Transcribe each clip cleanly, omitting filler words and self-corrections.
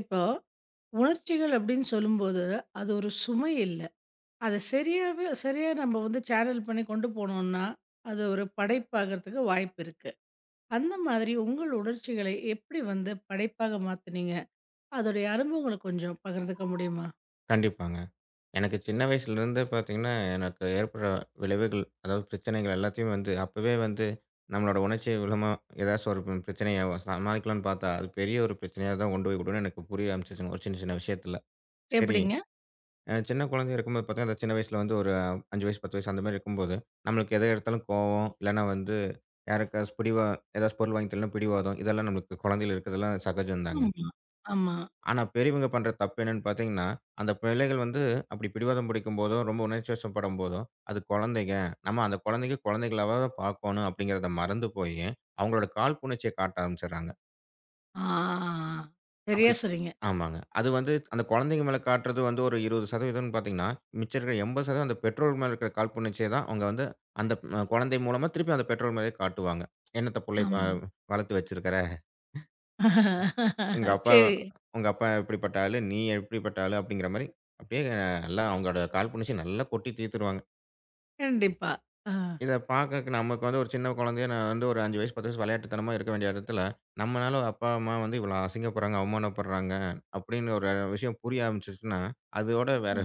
இப்போ உணர்ச்சிகள் அப்படின்னு சொல்லும்போது, அது ஒரு சுமை இல்ல. அத சரியாவே சரியா நம்ம வந்து சேனல் பண்ணி கொண்டு போனோம்னா, அது ஒரு படைப்பாகறதுக்கு வாய்ப்பு இருக்கு. அந்த மாதிரி உங்கள் உணர்ச்சிகளை எப்படி வந்து படைப்பாக மாத்துனீங்க? அதோடைய அனுபவங்கள கொஞ்சம் பகிர்ந்துக்க முடியுமா? கண்டிப்பாங்க. எனக்கு சின்ன வயசுலருந்தே பார்த்தீங்கன்னா, எனக்கு ஏற்படுற விளைவுகள், அதாவது பிரச்சனைகள் எல்லாத்தையும் வந்து அப்பவே வந்து நம்மளோட உணர்ச்சி மூலமா ஏதாச்சும் ஒரு பிரச்சனைய சமாளிக்கலான்னு பார்த்தா, அது பெரிய ஒரு பிரச்சனையா தான் கொண்டு போய் விடும்னு எனக்கு புரிய ஆரம்பிச்சுச்சுங்க, ஒரு சின்ன சின்ன விஷயத்துல. சரி, எப்படிங்க? சின்ன குழந்தையா இருக்கும்போது பார்த்தீங்கன்னா, அந்த சின்ன வயசுல வந்து ஒரு 5 வயசு, 10 வயசு அந்த மாரி இருக்கும்போது, நம்மளுக்கு எத எடுத்தாலும் கோவம், இல்லன்னா வந்து யாருக்காச்சும் ஏதாச்சும் பொருள் வாங்கி தரலன்னா பிடிவாதம், இதெல்லாம் நம்மளுக்கு குழந்தையில இருக்கிறதெல்லாம் சகஜம் தாங்க. ஆமா, ஆமா. ஆனா, பெரியவங்க பண்ற தப்பு என்னன்னு பார்த்தீங்கன்னா, அந்த பிள்ளைகள் வந்து அப்படி பிடிவாதம் பிடிக்கும்போதோ, ரொம்ப உணர்ச்சி வசப்படும்போதோ, அது குழந்தைங்க. நம்ம அந்த குழந்தைங்க குழந்தைகளாவ தான் பார்க்கணும் அப்படிங்கிறத மறந்து போயி, அவங்களோட காழ்ப்புணர்ச்சிய காட்ட ஆரம்பிச்சுடுறாங்க. ஆ சரியா அப்படி சொன்னீங்க. ஆமாங்க. அது வந்து அந்த குழந்தைங்க மேல காட்டுறது வந்து ஒரு 20% பார்த்தீங்கன்னா, மிச்சம் இருக்கிற 80% அந்த பெற்றோர் மேல இருக்கிற காழ்ப்புணர்ச்சிய தான் அவங்க வந்து அந்த குழந்தை மூலமா திருப்பி அந்த பெற்றோர் மேலயே காட்டுவாங்க. "என்னத்த புள்ளய ஆமா. வளர்த்து வச்சிருக்கிற? உங்க அப்பா சரி. உங்க அப்பா எப்படிப்பட்ட ஆளு, நீ எப்படிப்பட்ட ஆளு அப்படிங்கிற மாரி, அப்படியே நல்லா அவங்களோட காழ்ப்புணர்ச்சி நல்லா கொட்டி தீர்த்துருவாங்க. கண்டிப்பா. ஆ. இத பார்க்கறக்கு நமக்கு வந்து ஒரு சின்ன குழந்தையா நான் வந்து ஒரு 5 வயசு, 10 வயசு விளையாட்டுத்தனமா இருக்க வேண்டிய இடத்துல, நம்மனால அப்பா, அம்மா வந்து இவ்வளோ அசிங்கப்படுறாங்க, அவமானப்படுறாங்க அப்படின்னு ஒரு விஷயம் புரிய ஆரம்பிச்சுச்சுன்னா, அதோட வேற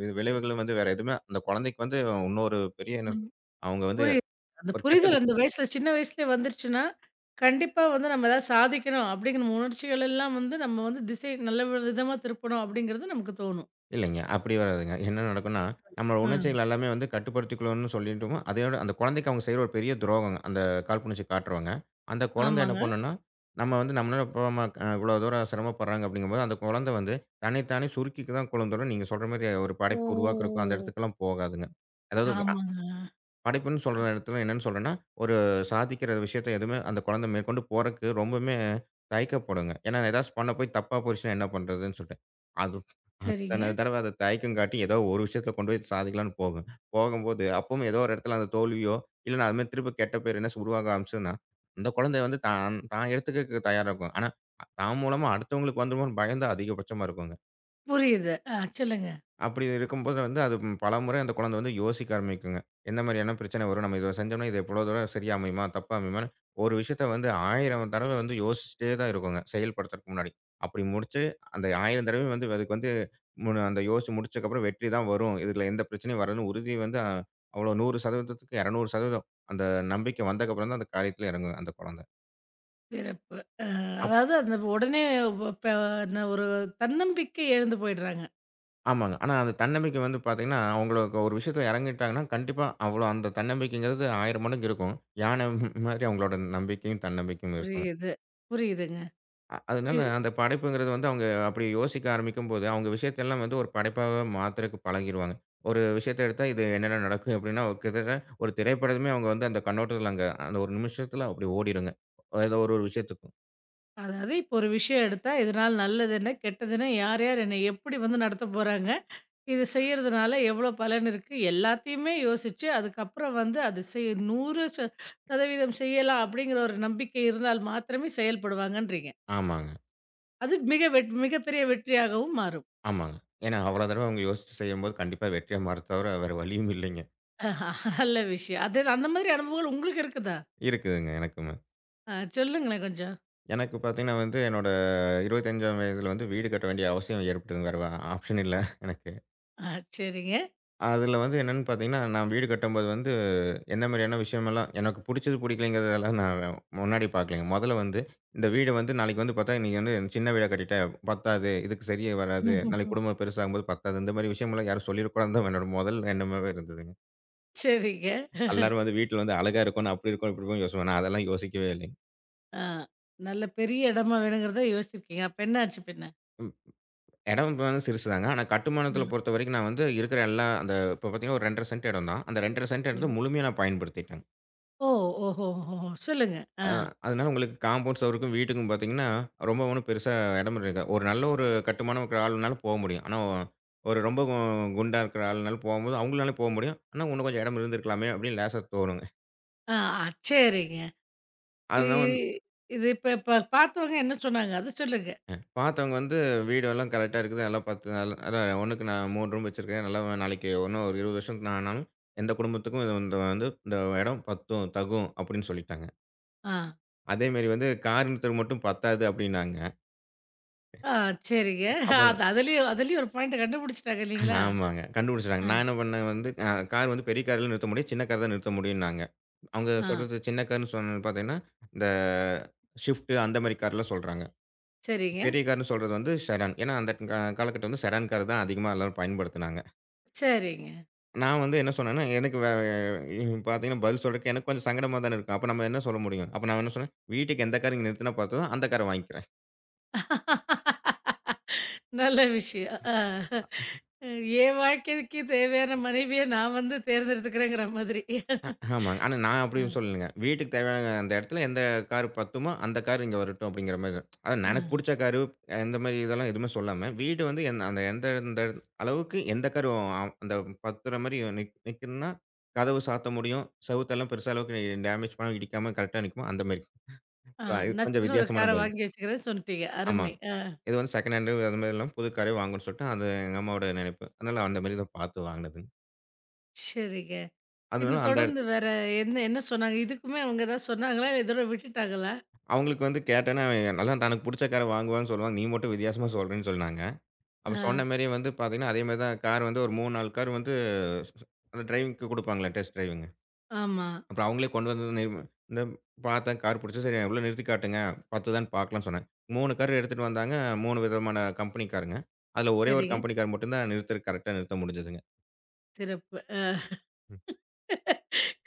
விளைவுகளும் வந்து வேற எதுவுமே அந்த குழந்தைக்கு வந்து இன்னொரு பெரிய என்ன ம். அவங்க வந்து புரியுது. அந்த ஒரு கெட்டது புரிதல் அந்த வயசுல சின்ன வயசுலயே வந்துருச்சுன்னா, கண்டிப்பா வந்து நம்ம ஏதாவது சாதிக்கணும் அப்படிங்கிற உணர்ச்சிகள் எல்லாம் வந்து நம்ம வந்து திசை நல்ல விதமா திருப்பணும் அப்படிங்கிறது நமக்கு தோணும். இல்லைங்க. அப்படி வராதுங்க. என்ன நடக்கும்னா, நம்ம ஆ. உணர்ச்சிகள் எல்லாமே வந்து கட்டுப்படுத்திக்கணும்னு சொல்லிட்டோமோ, அதையோட அந்த குழந்தைக்கு அவங்க செய்ற ஒரு பெரிய துரோகங்க. அந்த காழ்ப்புணர்ச்சி காட்டுறவங்க. அந்த குழந்தை என்ன ஆமாங்க. பண்ணும்னா, நம்ம வந்து நம்மளால போமா இவ்வளோ தூரம் சிரமப்படுறாங்க அப்படிங்கும்போது, அந்த குழந்தை வந்து தன்னை தானே சுருக்கிக்க தான் குழந்தரும். நீங்க சொல்ற மாரி ஒரு படைப்பு உருவாக்குறதுக்கும் ஓ! அந்த இடத்துக்கெல்லாம் போகாதுங்க. அதாவது ஆமாங்க. படைப்புன்னு சொல்ற இடத்துல என்னன்னு சொல்றேன்னா, ஒரு சாதிக்கிற விஷயத்த எதுவுமே அந்த குழந்தை மேற்கொண்டு போறக்கு ரொம்பவுமே தயக்கப்படுங்க. ஏன்னா, ஏதாச்சு பண்ண போய் தப்பா போயிருச்சுன்னா என்ன பண்றதுன்னு சொல்லிட்டு. அது சரிங்க. அத்தன தடவ அத தயக்கம் காட்டி ஏதோ ஒரு விஷயத்துல கொண்டு போய் சாதிக்கலான்னு போகும். போகும்போது அப்பவும் ஏதோ ஒரு இடத்துல அந்த தோல்வியோ, இல்லன்னா அது மாரி திரும்ப கெட்ட பேர் என்ன உருவாக ஆரம்பிச்சதுன்னா, அந்த குழந்தை வந்து தான் தான் எடுத்துக்கக்கு தயாரா இருக்கும். ஆனா, தான் மூலமா அடுத்தவங்களுக்கு வந்துருமோன்னு பயம் தான் அதிகபட்சமா இருக்குங்க. புரியுது. ஆ சொல்லுங்க. அப்படி இருக்கும்போது வந்து, அது பலமுறை அந்த குழந்தை வந்து யோசிக்க ஆரம்பிக்குங்க. எந்த மாரியான பிரச்சனை வரும்? நம்ம இத செஞ்சோம்னா, இது இவ்வளோ தூரம் சரியா அமையுமா? தப்பா அமையுமான்னு, ஒரு விஷயத்த வந்து 1000 தடவ வந்து யோசிச்சுட்டே தான் இருக்குங்க, செயல்படுத்துறதுக்கு முன்னாடி. அப்படி முடிச்சு, அந்த 1000 தடவையும் வந்து அதுக்கு வந்து அந்த யோசிச்சு முடிச்சதுக்கப்புறம் வெற்றி தான் வரும். இதுல எந்த பிரச்சனையும் வராதுன்னு உறுதி வந்து அவ்வளோ 100% 200% அந்த நம்பிக்கை வந்ததுக்கப்புறம் தான் அந்த காரியத்துல இறங்குங்க அந்த குழந்தை. சிறப்பு. அ அதாவது அந்த உடனே வ ப என்ன ஒரு தன்னம்பிக்கை இழந்து போயிடுறாங்க. ஆமாங்க. ஆனா அந்த தன்னம்பிக்கை வந்து பார்த்தீங்கன்னா, அவங்களுக்கு ஒரு விஷயத்துல இறங்கிட்டாங்கன்னா, கண்டிப்பா அவ்வளோ அந்த தன்னம்பிக்கைங்கிறது 1000 மடங்கு இருக்கும். யானை மாரி அவங்களோட நம்பிக்கையும், தன்னம்பிக்கையும் இருக்குங்க. புரியுது. புரியுதுங்க. அதனால இது அந்த படைப்புங்கிறது வந்து அவங்க அப்படி யோசிக்க ஆரம்பிக்கும்போது, அவங்க விஷயத்தெல்லாம் வந்து ஒரு படைப்பாவே மாத்துறக்கு பழகிருவாங்க. ஒரு விஷயத்த எடுத்தா இது என்னென்ன நடக்கும் அப்படின்னா, ஒரு கிட்டத்தட்ட ஒரு திரைப்படமே அவங்க வந்து அந்த கண்ணோட்டத்துல அங்க அந்த ஒரு நிமிஷத்துல அப்படி ஓடிருங்க. ஏதோ ஒரு ஒரு விஷயத்துக்கும். அதாவது இப்போ ஒரு விஷயம் எடுத்தா இதனால நல்லது என்ன? கெட்டது என்ன? யார் யார் என்னை எப்படி வந்து நடத்தப்போறாங்க? இது செய்யறதுனால எவ்வளோ பலன் இருக்கு? எல்லாத்தையுமே யோசிச்சு, அதுக்கப்புறம் வந்து அது 100% செய்யலாம் அப்படிங்கிற ஒரு நம்பிக்கை இருந்தால் மாத்திரமே செயல்படுவாங்கன்றீங்க. ஆமாங்க, அது மிகப்பெரிய வெற்றியாகவும் மாறும். ஆமாங்க. ஏன்னா அவ்வளோ தடவ அவங்க யோசிச்சு செய்யும்போது கண்டிப்பா வெற்றியா மாறும் தவிர வேற வழியும் இல்லைங்க. ஆஹா, நல்ல விஷயம். அது அந்த மாதிரி அனுபவங்கள் உங்களுக்கு இருக்குதா? இருக்குதுங்க எனக்குமே. ஆ சொல்லுங்களேன் கொஞ்சம். எனக்கு பார்த்தீங்கன்னா வந்து, என்னோட 25ஆம் வயதில வந்து வீடு கட்ட வேண்டிய அவசியம் ஏற்பட்டதுங்கிற ஆப்ஷன் இல்ல எனக்கு. ஆ சரிங்க. அதில வந்து என்னன்னு பார்த்தீங்கன்னா, நான் வீடு கட்டும்போது வந்து என்ன மாரியான விஷயமெல்லாம் எனக்கு புடிச்சது, புடிக்கலைங்கிறதெல்லாம் நான் முன்னாடி பார்க்கலைங்க. மொதல்ல வந்து இந்த வீடு வந்து நாளைக்கு வந்து பார்த்தா, "இன்னைக்கு வந்து சின்ன வீடா கட்டிட்ட பத்தாது. இதுக்கு சரியா வராது. நாளைக்கு குடும்பம் பெருசாகும்போது பத்தாது." இந்த மாரி விஷயமெல்லாம் யாரும் சொல்லிறக்கூடாதுன்னு தான் என்னோட மொதல் எண்ணமாவே இருந்ததுங்க. சரிங்க. எல்லாரும் வந்து வீட்ல வந்து அழகா இருக்கணும், அப்படி இருக்கணும், இப்படி இருக்கணும்னு யோசிப்பாங்க. நான் அதெல்லாம் யோசிக்கவே இல்லைங்க. ஆ நல்ல பெரிய இடமா வேணுங்கிறத யோசிச்சிருக்கீங்க. அப்ப என்ன ஆச்சு பின்ன? இடம் வந்து சிறுசு தாங்க. ஆனா ஆ கட்டுமானத்தில பொறுத்தவரைக்கும் நான் வந்து இருக்கிற எல்லா அந்த இப்போ பார்த்தீங்கன்னா, ஒரு 2½ சென்ட் இடம் தான். அந்த 2½ சென்ட் இடத்த சரிங்க. முழுமையா நான் பயன்படுத்திட்டேங்க. ஓ! ஓஹோ! ஓஹோ! சொல்லுங்க. ஆ. அ அதனால உங்களுக்கு காம்பவுண்ட் சுவருக்கும், வீட்டுக்கும் பார்த்தீங்கன்னா, ரொம்ப ஒண்ணும் பெருசா இடம் இருக்காது. ஒரு நல்ல ஒரு கட்டுமானம் இருக்கிற ஆளுனாலும் போ முடியும். ஆனா, ஒரு ரொம்ப குண்டா இருக்கிற ஆளுனாலும் போம்போது, அவங்களாலும் போ முடியும். ஆனா, "இன்னும் கொஞ்சம் இடம் இருந்திருக்கலாமே!" அப்படின்னு லேசா தோணுங்க. ஆ ஆ, சரிங்க. இ அதனால இ இது இப்ப இப்ப பார்த்தவங்க என்ன சொன்னாங்க? அத சொல்லுங்க. பார்த்தவங்க வந்து வீடு எல்லாம் கரெக்ட்டா இருக்குது. நல்லா பார்த்து நல்லா அதான் 1க்கு நான் 3 ரூம் வச்சிருக்கேன். நல்லா நாளைக்கு இன்னும் ஒரு 20 வருஷத்துக்கு நான் ஆனாலும், எந்த குடும்பத்துக்கும் இது வந்து வந்து இந்த இடம் பத்தும், தகும் அப்படின்னு சொல்லிட்டாங்க. ஆ. அதேமாரி வந்து காரினத்துக்கு மட்டும் பத்தாது அப்படின்னாங்க. ஆ சரிங்க. அப்புறம் அதுலயும் அதுலயும் ஒரு பாயிண்ட் கண்டுபிடிச்சுட்டாங்க இல்லீங்களா? ஆமாங்க. கண்டுபிடிச்சுட்டாங்க. ஆ, நான் என்ன பண்ணேன் வந்து கார் வந்து பெரிய கார்லாம் நிறுத்த முடியும். சின்ன கார் தான் நிறுத்த முடியும்னாங்க. அவங்க ஆ. சொல்றது சின்ன கார்ன்னு சொன்னது பார்த்தீங்கன்னா, இந்த ஷிஃப்ட் அந்த மாரி கார்லாம் சொல்றாங்க. சரிங்க, பெரிய கார்ன்னு சொல்றது வந்து செடான். ஏன்னா அந்த காலகட்டம் வந்து செடான் கார் தான் அதிகமா எல்லாரும் பயன்படுத்துனாங்க. சரிங்க. நான் வந்து என்ன சொன்னேன்னா, எனக்கு பார்த்தீங்கன்னா, பதில் சொல்றதுக்கு எனக்கு கொஞ்சம் சங்கடமா தானே இருக்கும். அப்ப நம்ம என்ன சொல்ல முடியும்? அப்ப நான் என்ன சொன்னேன், "வீட்டுக்கு எந்த கார் இங்க நிறுத்துனா பத்துதோ, அந்த கார வாங்கிக்கிறேன்." நல்ல விஷயம். ஆ. என் வாழ்க்கைக்கு தேவையான மனைவிய நான் வந்து தேர்ந்தெடுத்துக்கிறேங்கிற மாதிரி. ஆமாங்க. ஆனா நான் ஆ, அப்படின்னு சொல்லலங்க. வீட்டுக்கு தேவையான அந்த இடத்துல எந்த கார் பத்துமோ, அந்த கார் இங்க வரட்டும் அப்படிங்கிற மாரி. அதான் எனக்கு ஆ, புடிச்ச காரு, இந்த மாரி இதெல்லாம் எதுவுமே சொல்லாம, வீடு வந்து என் அந்த எந்த எந்த அளவுக்கு எந்த கார் அந்த பத்துற மாரி நிக்குதுன்னா, கதவு சாத்த முடியும். செவுத்தெல்லாம் பெருசா அளவுக்கு டேமேஜ் பண்ணாம, இடிக்காம கரெக்ட்டா நிக்குமோ, அந்த மாரி. ஆ. அது கொஞ்சம் நச்சுன்னு ஒரு வித்தியாசமான கார பதில். வாங்கி வச்சுக்கிறேன்னு சொல்ட்டீங்க. ஆமா. அருமை. ஆ. இது வந்து செகண்ட் ஹேண்டு அது மாரி இல்லாம புது காரே வாங்கணும்னு சொல்லிட்டு, அது எங்க அம்மாவோட நினைப்பு. அதனால அந்த மாரி தான் பார்த்து வாங்கினதுங்க. சரிங்க. பின்ன அதனால அந்த தொடர்ந்து இடத்து வேற என்ன என்ன சொன்னாங்க? இதுக்குமே அவங்க ஏதாவது சொன்னாங்களா? இதோட விட்டுட்டாங்களா? அவங்களுக்கு வந்து கேட்டேன்னா, "அதான் தனக்கு புடிச்ச கார வாங்குவான்னு சொல்லுவாங்க. நீ மட்டும் வித்தியாசமா சொல்றேன்னு" சொன்னாங்க. ஆ. அப்ப சொன்ன மாரி வந்து பார்த்தீங்கன்னா, அதே மாரி தான் கார் வந்து ஒரு 3, 4 கார் வந்து அந்த டிரைவிங்க்கு குடுப்பாங்கல்ல, டெஸ்ட் டிரைவிங். ஆமா. அப்புறம் அவங்களே கொண்டு வந்து இந்த பார்த்தேன் கார் புடிச்சது. "சரி உள்ள நிறுத்தி காட்டுங்க. பத்துதான்னு பார்க்கலாம்ன்னு" சொன்னேன். 3 கார் எடுத்துட்டு வந்தாங்க. 3 விதமான கம்பெனி காருங்க. அதுல ஒரே ஒரு சரிங்க. கம்பெனி கார் மட்டும் தான் நிறுத்தறக்கு கரெக்ட்டா நிறுத்த முடிஞ்சதுங்க. சிறப்பு. அ.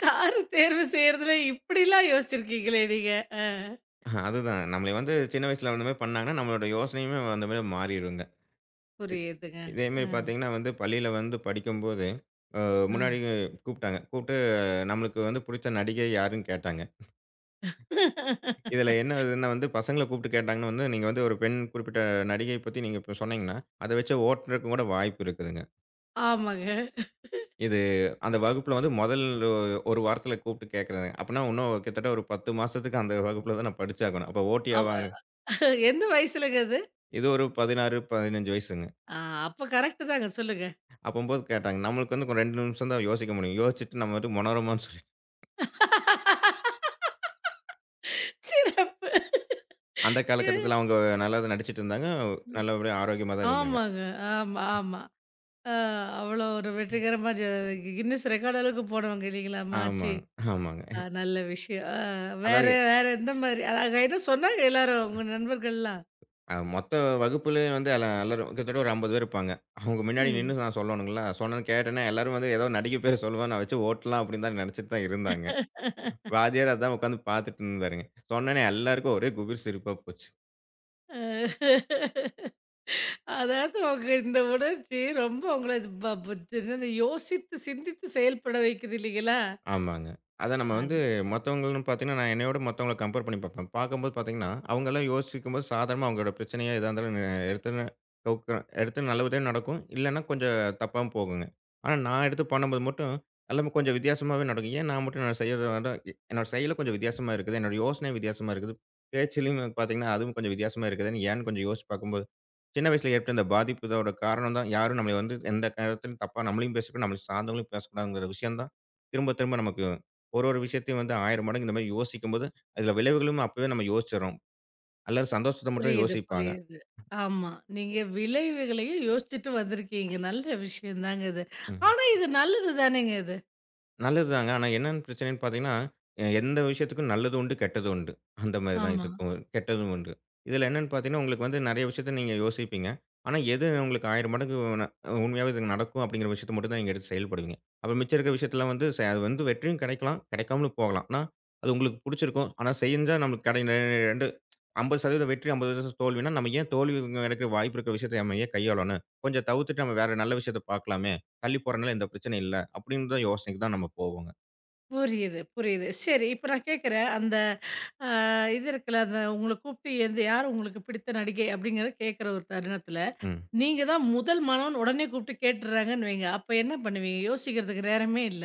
கார் தேர்வு செய்றதுல இப்படிலாம் யோசிச்சிருக்கீங்களே நீங்க. அ. அதுதான். நம்மள வந்து சின்ன வயசுல அந்த மாரி பண்ணாங்கன்னா, நம்மளோட யோசனையுமே அந்த மாரி மாறிருங்க. இ புரியுதுங்க. இதே அ, மாரி பார்த்தீங்கன்னா வந்து பள்ளியில வந்து படிக்கும்போது, அ முன்னாடி அ. கூப்பிட்டாங்க. கூப்பிட்டு நம்மளுக்கு வந்து பிடிச்ச நடிகை யாருன்னு கேட்டாங்க. இதில என்ன இதுன்னா வந்து பசங்கள கூப்பிட்டு கேட்டாங்கன்னா வந்து, நீங்க வந்து ஒரு பெண் குறிப்பிட்ட நடிகை பத்தி நீங்க இப்ப சொன்னீங்கன்னா, அத வச்சு ஓட்டுறதுக்கு கூட வாய்ப்பு இருக்குதுங்க. ஆமாங்க. இது அந்த வகுப்புல வந்து முதல் ஒரு வாரத்தில கூப்பிட்டு கேட்குறாங்க. அப்பன்னா இன்னும் கிட்டத்தட்ட ஒரு 10 மாசத்துக்கு அந்த வகுப்புல தான் நான் படிச்சாகணும். அப்ப ஆமா. ஓட்டியாவாங்க? எந்த வயசுலங்க அது? இது ஒரு 16, 15 வயசுங்க. ஆ அப்ப கரெக்ட்டு தாங்க. சொல்லுங்க. அப்பம்போது கேட்டாங்க. நம்மளுக்கு வந்து 2 நிமிஷம் தான் யோசிக்க முடியும். யோசிச்சுட்டு நம்ம வந்து மனோரமான்னு சொல்லி சிறப்பு. அந்த காலகட்டத்தில அவங்க நல்லா தான் நடிச்சுட்டு இருந்தாங்க. நல்லபடியா ஆரோக்கியமா தான் இருந்தாங்க. ஆமாங்க. ஆமா, ஆமா. அ அவ்வளோ ஒரு வெற்றிகரமா கின்னஸ் ரெக்கார்ட் அளவுக்கு போனவங்க இல்லைங்களா? மாச்சி. ஆமாங்க, ஆமாங்க. ஆ நல்ல விஷயம். ஆ வேற அதாவது வேற எந்த மாரி அத என்ன சொன்னாங்க எல்லாரும் உங்க நண்பர்கள்லாம்? மொத்த வகுப்புலயே வந்து எல்லாரும் கிட்டத்தட்ட ஒரு 50 பேர் இருப்பாங்க. அவங்க முன்னாடி ம். நின்னு நான் சொல்லணுங்களா? சொன்னேன்னு கேட்டேன்னா, எல்லாரும் வந்து ஏதோ நடிகை பேர் சொல்லுவேன். நான் வச்சு ஓட்டலாம் அப்படின்னு தான் நெனச்சுட்டு தான் இருந்தாங்க. வாத்தியார் அதான் உட்காந்து பார்த்துட்டு இருந்தாருங்க. சொன்னோனே எல்லாருக்கும் ஒரே குபீர் சிரிப்பா போச்சு. அ அதாவது உங்க இந்த உணர்ச்சி ரொம்ப உங்கள ப புத் என்னது யோசித்து, சிந்தித்து செயல்பட வைக்குது இல்லைங்களா? ஆமாங்க. அத நம்ம அ வந்து மத்தவங்கள்ன்னு பார்த்தீங்கன்னா, நான் என்னையோட மத்தவங்கள கம்பேர் பண்ணி பார்ப்பேன். பார்க்கும்போது பார்த்தீங்கன்னா, அவங்கலாம் யோசிக்கும்போது சாதாரணமா அவங்களோட பிரச்சனையா எதா இருந்தாலும் எடுத்தோன்னே கவுக்க எடுத்து நல்லபடியா நடக்கும். இல்லன்னா கொஞ்சம் தப்பாவும் போகுங்க. ஆனா நான் எடுத்து பண்ணும்போது மட்டும் எல்லாமே கொஞ்சம் வித்தியாசமாவே நடக்கும். ஏன் நான் மட்டும் நான் செய்யறது வந்து என்னோட செயலும் கொஞ்சம் வித்தியாசமா இருக்குது. என்னோட யோசனையும் வித்தியாசமா இருக்குது. பேச்சிலும் பார்த்தீங்கன்னா, அதுவும் கொஞ்சம் வித்தியாசமா இருக்குதுன்னு ஏன்னு கொஞ்சம் யோசிச்சு பார்க்கும்போது, சின்ன வயசுல ஏற்பட்ட இந்த பாதிப்பு இதோட காரணம் தான் யாரும் நம்மள வந்து எந்த நேரத்திலும் தப்பா நம்மளையும் பேசக்கூடாது, நம்மள சார்ந்தவங்களையும் பேசக்கூடாதுங்கிற விஷயம் தான் திரும்ப திரும்ப நமக்கு ஒரு ஒரு விஷயத்தையும் வந்து 1000 மடங்கு இந்த மாரி யோசிக்கும்போது, அதில விளைவுகளும் அப்பவே நம்ம யோசிச்சுர்றோம். எல்லாரும் சந்தோஷத்த மட்டும் புரியுது, யோசிப்பாங்க. புரியுது. ஆமா. நீங்க விளைவுகளையும் யோசிச்சுட்டு வந்திருக்கீங்க. நல்ல விஷயம் தாங்க இது. ம். ஆனா இது நல்லது தானேங்க இது. நல்லதுதாங்க. ஆனா என்னன்னு பிரச்சனைன்னு பார்த்தீங்கன்னா, எந்த விஷயத்துக்கும் நல்லது உண்டு, கெட்டது உண்டு. அந்த மாரி தான் ஆமா. இதுக்கும் கெட்டதும் உண்டு. இதில என்னன்னு பார்த்தீங்கன்னா, உங்களுக்கு வந்து நெறைய விஷயத்த நீங்க யோசிப்பீங்க. ஆனா எது உங்களுக்கு 1000 மடங்கு உண்மையாவே இது நடக்கும் அப்படிங்கிற விஷயத்த மட்டும் தான் நீங்க எடுத்து செயல்படுவீங்க. அப்ப மிச்சம் இருக்கிற விஷயத்தலாம் வந்து அது வந்து வெற்றியும் கிடைக்கலாம், கிடைக்காமலும் போகலாம். ஆனா அது உங்களுக்கு புடிச்சிருக்கும். ஆனா செஞ்சா நமக்கு 2 50% வெற்றி, 50% தோல்வின்னா, நம்ம ஏன் தோல்வி கிடைக்க வாய்ப்பு இருக்கிற விஷயத்த நம்ம ஏன் கையாளணும்? கொஞ்சம் தவிர்த்துட்டு நம்ம வேற நல்ல விஷயத்த பார்க்கலாமே! தள்ளி போறனால எந்த பிரச்சனை இல்ல. அப்படின்ற யோசனைக்கு தான் நம்ம போவோங்க. புரியுது, புரியுது. சரி, இப்ப நான் கேட்கிறேன். அந்த அ இது இருக்குல்ல, அந்த உங்கள கூப்பிட்டு எந்த யார் உங்களுக்கு பிடித்த நடிகை அப்படிங்கிறத கேட்கிற ஒரு தருணத்தில, ம். நீங்க தான் முதல் மாணவன் உடனே கூப்பிட்டு கேட்டுர்றாங்கன்னு வைங்க. அப்ப என்ன பண்ணுவீங்க? யோசிக்கிறதுக்கு நேரமே இல்ல.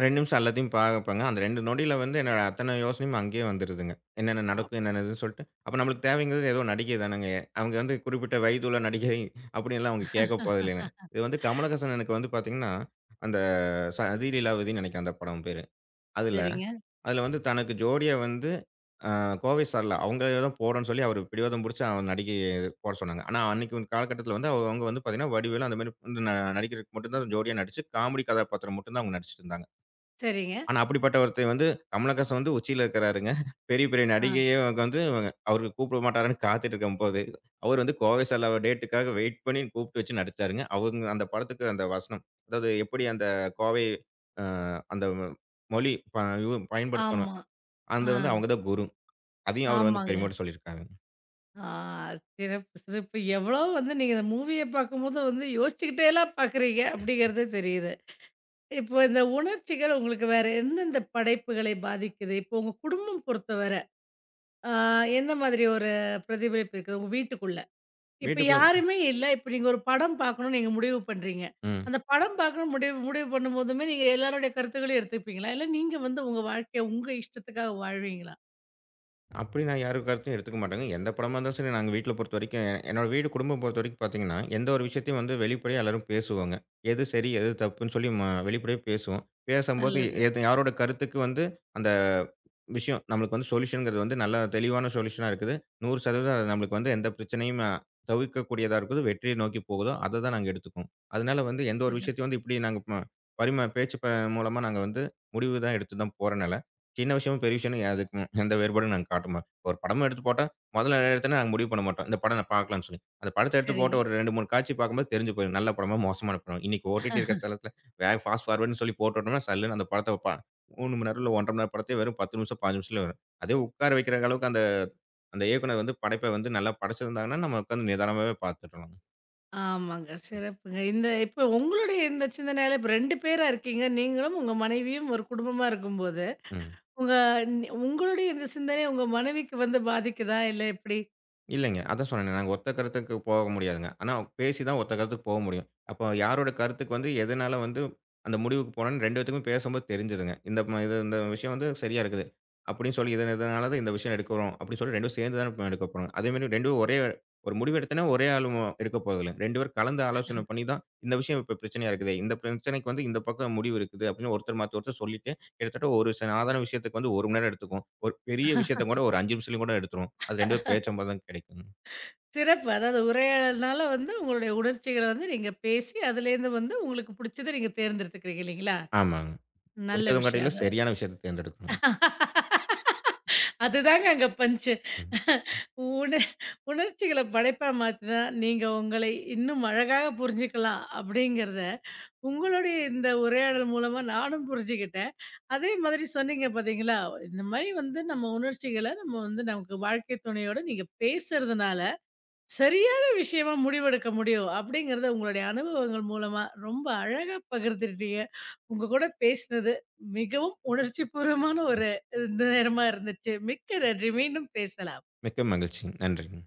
2 நிமிஷம் எல்லாத்தையும் பார்ப்பேங்க. அந்த 2 நொடியில வந்து என்னோட அத்தன யோசனையும் அங்கேயே வந்துருதுங்க. என்னென்ன ஆ. நடக்கும்? என்னென்ன இதுன்னு சொல்லிட்டு, அப்ப நம்மளுக்கு தேவைங்கிறது ஏதோ நடிகை தானங்க. அவங்க வந்து குறிப்பிட்ட வயதுள்ள நடிகை அப்படின்லாம் அவங்க கேட்க போறதில்லைங்க. இது வந்து கமலஹாசன் எனக்கு வந்து பார்த்தீங்கன்னா, அந்த "அதிலீலாவதின்னு" நினைக்கிறேன் அந்த படம் பேரு. அதுல சரிங்க, அதில வந்து தனக்கு ஜோடியா வந்து அ கோவை சரளா அவங்கள தான் போடன்னு சொல்லி அவரு பிடிவாதம் புடிச்சு அவ நடிக்க போட சொன்னாங்க. ஆனா அன்னைக்கு ஒரு காலகட்டத்தில வந்து அவங்க வந்து பார்த்தீங்கன்னா, வடிவேலு அந்த மாரி வந்து நடிகருக்கு மட்டும் தான் ஜோடியா நடிச்சு, காமெடி கதாபாத்திரம் மட்டும் தான் அவங்க நடிச்சுட்டு இருந்தாங்க. சரிங்க. ஆனா அப்படிப்பட்ட ஒருத்தர் வந்து கமலஹாசன் வந்து உச்சியில இருக்கிறாருங்க. பெரிய பெரிய ஆ. நடிகையே அவங்க வந்து அவரு கூப்பிட மாட்டாருன்னு காத்துட்டு இருக்கும்போது, அவரு வந்து கோவை சரளாவ டேட்டுக்காக வெயிட் பண்ணி கூப்பிட்டு வச்சு நடிச்சாருங்க. அவங்க அந்த படத்துக்கு அந்த வசனம் அதாவது எப்படி அந்த கோவை அ அந்த மொழி பயன்படுத்தணும் ஆமா. அந்த ஆ, வந்து அவங்க தான் குரு. அதையும் அவரு வந்து ஆமாங்க. பெருமையோட சொல்லியிருக்காரு. ஆ சிறப்பு, சிறப்பு. எவ்வளோ வந்து நீங்க இந்த மூவிய பார்க்கும்போது வந்து யோசிச்சுக்கிட்டேலாம் பார்க்குறீங்க அப்படிங்கிறது தெரியுது. இப்போ இந்த உணர்ச்சிகள் உங்களுக்கு வேற எந்தெந்த படைப்புகளை பாதிக்குது? இப்போ உங்க குடும்பம் பொறுத்தவர ஆ எந்த மாதிரி ஒரு பிரதிபலிப்பு இருக்குது உங்க வீட்டுக்குள்ள? இப்ப வீட்டுக்குள்ள யாருமே இல்ல. இப்ப நீங்க ஒரு படம் பார்க்கணும்னு நீங்க முடிவு பண்றீங்க. ம். அந்த படம் பார்க்கணும்னு முடிவு முடிவு பண்ணும்போதுமே, நீங்க எல்லாருடைய கருத்துக்களையும் எடுத்துப்பீங்களா? இல்ல நீங்க வந்து உங்க வாழ்க்கைய உங்க இஷ்டத்துக்காக வாழ்வீங்களா? அப்படி நான் யாரு கருத்தையும் எடுத்துக்க மாட்டேங்க. எந்த படமா இருந்தாலும் சரி, நாங்க வீட்ல பொறுத்தவரைக்கும் என்னோட வீடு குடும்பம் பொறுத்தவரைக்கும் பார்த்தீங்கன்னா, எந்த ஒரு விஷயத்தையும் வந்து வெளிப்படையா எல்லாரும் பேசுவோங்க. எது சரி, எது தப்புன்னு சொல்லி வெளிப்படையா பேசுவோம். பேசம்போது நல்லது. எது யாரோட கருத்துக்கு வந்து, அந்த விஷயம். நம்மளுக்கு வந்து சொல்யூஷன்ங்கிறது வந்து நல்ல தெளிவான சொல்யூஷனா இருக்குது. 100% அது நம்மளுக்கு வந்து எந்த பிரச்சனையும் தவிர்க்கக்கூடியதா இருக்குது. வெற்றியை நோக்கி போகுதோ, அத தான் நாங்க எடுத்துக்குவோம். அதனால வந்து எந்த ஒரு விஷயத்தையும் சிறப்பு. வந்து இப்படி நாங்க பேச்சு மூலமா நாங்க வந்து முடிவு தான் எடுத்து தான் போறனால, சின்ன விஷயமும், பெரிய விஷயமும் அதுக்கு ம், எந்த வேறுபாடும் நாங்க காட்ட மாட்டோம். ஒரு படமா எடுத்து போட்டா, முதல்ல எடுத்தோனே நாங்க முடிவு பண்ண மாட்டோம். இந்த படம் நான் பார்க்கலாம்னு சொல்லி. அந்த படத்த எடுத்து சரிங்க. போட்டு ஒரு 2, 3 காட்சி பார்க்கும்போது தெரிஞ்சு போயிரும். நல்ல படமா, மோசமான படம். இன்னைக்கு ஓடிடி இருக்கிற தளத்தில ஃபாஸ்ட் ஃபார்வர்டுன்னு சொல்லி போட்டுட்டோம்னா, சல்லுன்னு அந்த படத்த 3 மணி நேரம் இல்ல 1½ மணி நேரம் படத்தையே வெறும் 10 நிமிஷம், 5 நிமிஷத்துல வரும். அதே உட்கார வைக்கிற அளவுக்கு அந்த அந்த இயக்குனர் வந்து படைப்ப வந்து நல்லா படைச்சிருந்தாங்கன்னா, நம்ம உட்காந்து நிதானமாவே பார்த்துடலாம். ஆமாங்க. சிறப்புங்க. இப்ப உங்களுடைய இந்த சிந்தனையால இப்ப 2 பேரா இருக்கீங்க. நீங்களும் உங்க மனைவியும் ஒரு குடும்பமா இருக்கும்போது, ம். உங்க உங்களுடைய இந்த சிந்தனை உங்க மனைவிக்கு வந்து பாதிக்குதா? இல்ல எப்படி? இல்லைங்க. அதான் சொன்னேனே, நாங்க ஒத்த கருத்துக்கு போக முடியாதுங்க. ஆனா பேசி தான் ஒத்த கருத்துக்கு போக முடியும். அப்போ யாரோட கருத்துக்கு வந்து எதனால வந்து அந்த முடிவுக்கு போனோம்னு 2 பேத்துக்குமே பேசும்போது தெரிஞ்சுதுங்க. இந்த இது இந்த விஷயம் வந்து சரியா இருக்குது. அப்படின்னு சொல்லி இதனால தான் இந்த விஷயம் எடுக்கிறோம். அப்படின்னு சொல்லி 2 சேர்ந்து தானே இப்ப எடுக்க போறோம். அதே மாரி 2 ஒரே ஒரு முடிவு எடுத்தோம்னா ஒரே ஆள் எடுக்க போறதில்ல. 2 பேரும் கலந்து ஆலோசனை பண்ணி தான் இந்த விஷயம் இப்ப பிரச்சனையா இருக்குது. இந்த பிரச்சனைக்கு வந்து இந்த பக்கம் முடிவு இருக்குது அப்படின்னு ஒருத்தர் மாத்தி ஒருத்தர் சொல்லிட்டு கிட்டத்தட்ட ஒரு சாதாரண விஷயத்துக்கு வந்து 1 மணி நேரம் எடுத்துக்கும். ஒரு பெரிய விஷயத்த கூட ஒரு 5 நிமிஷத்துலயும் கூட எடுத்துரும். அது 2 பேரும் பேசும்போது தான் கிடைக்கும். சிறப்பு. அதாவது உரையாடல்னால வந்து உங்களுடைய உணர்ச்சிகள வந்து நீங்க பேசி, அதுலேருந்து வந்து உங்களுக்கு புடிச்சத நீங்க தேர்ந்தெடுத்துக்கிறீங்க இல்லைங்களா? ஆமாங்க. நல்ல புடிச்சதும் விஷயம் காட்டிலும் அது. சரியான விஷயத்த தேர்ந்தெடுக்கணும். அதுதாங்க அங்க பஞ்ச். ம். உண உணர்ச்சிகள படைப்பா மாத்துனா, நீங்க உங்களை இன்னும் அழகாக புரிஞ்சுக்கலாம் அப்படிங்கிறத, உங்களுடைய இந்த உரையாடல் மூலமா நானும் புரிஞ்சுக்கிட்டேன். அதே மாதிரி சொன்னீங்க பார்த்தீங்களா? இந்த மாரி வந்து நம்ம உணர்ச்சிகள நம்ம வந்து நமக்கு வாழ்க்கை துணையோட நீங்க பேசுறதுனால, சரியான விஷயமா முடிவெடுக்க முடியும் அப்படிங்கிறத உங்களுடைய அனுபவங்கள் மூலமா ரொம்ப அழகா பகிர்ந்துட்டீங்க. உங்க கூட பேசினது மிகவும் உணர்ச்சிபூர்வமான ஒரு நேரமா இருந்துச்சு. மிக்க நன்றி. மீண்டும் பேசலாம். மிக்க மகிழ்ச்சி. நன்றிங்க.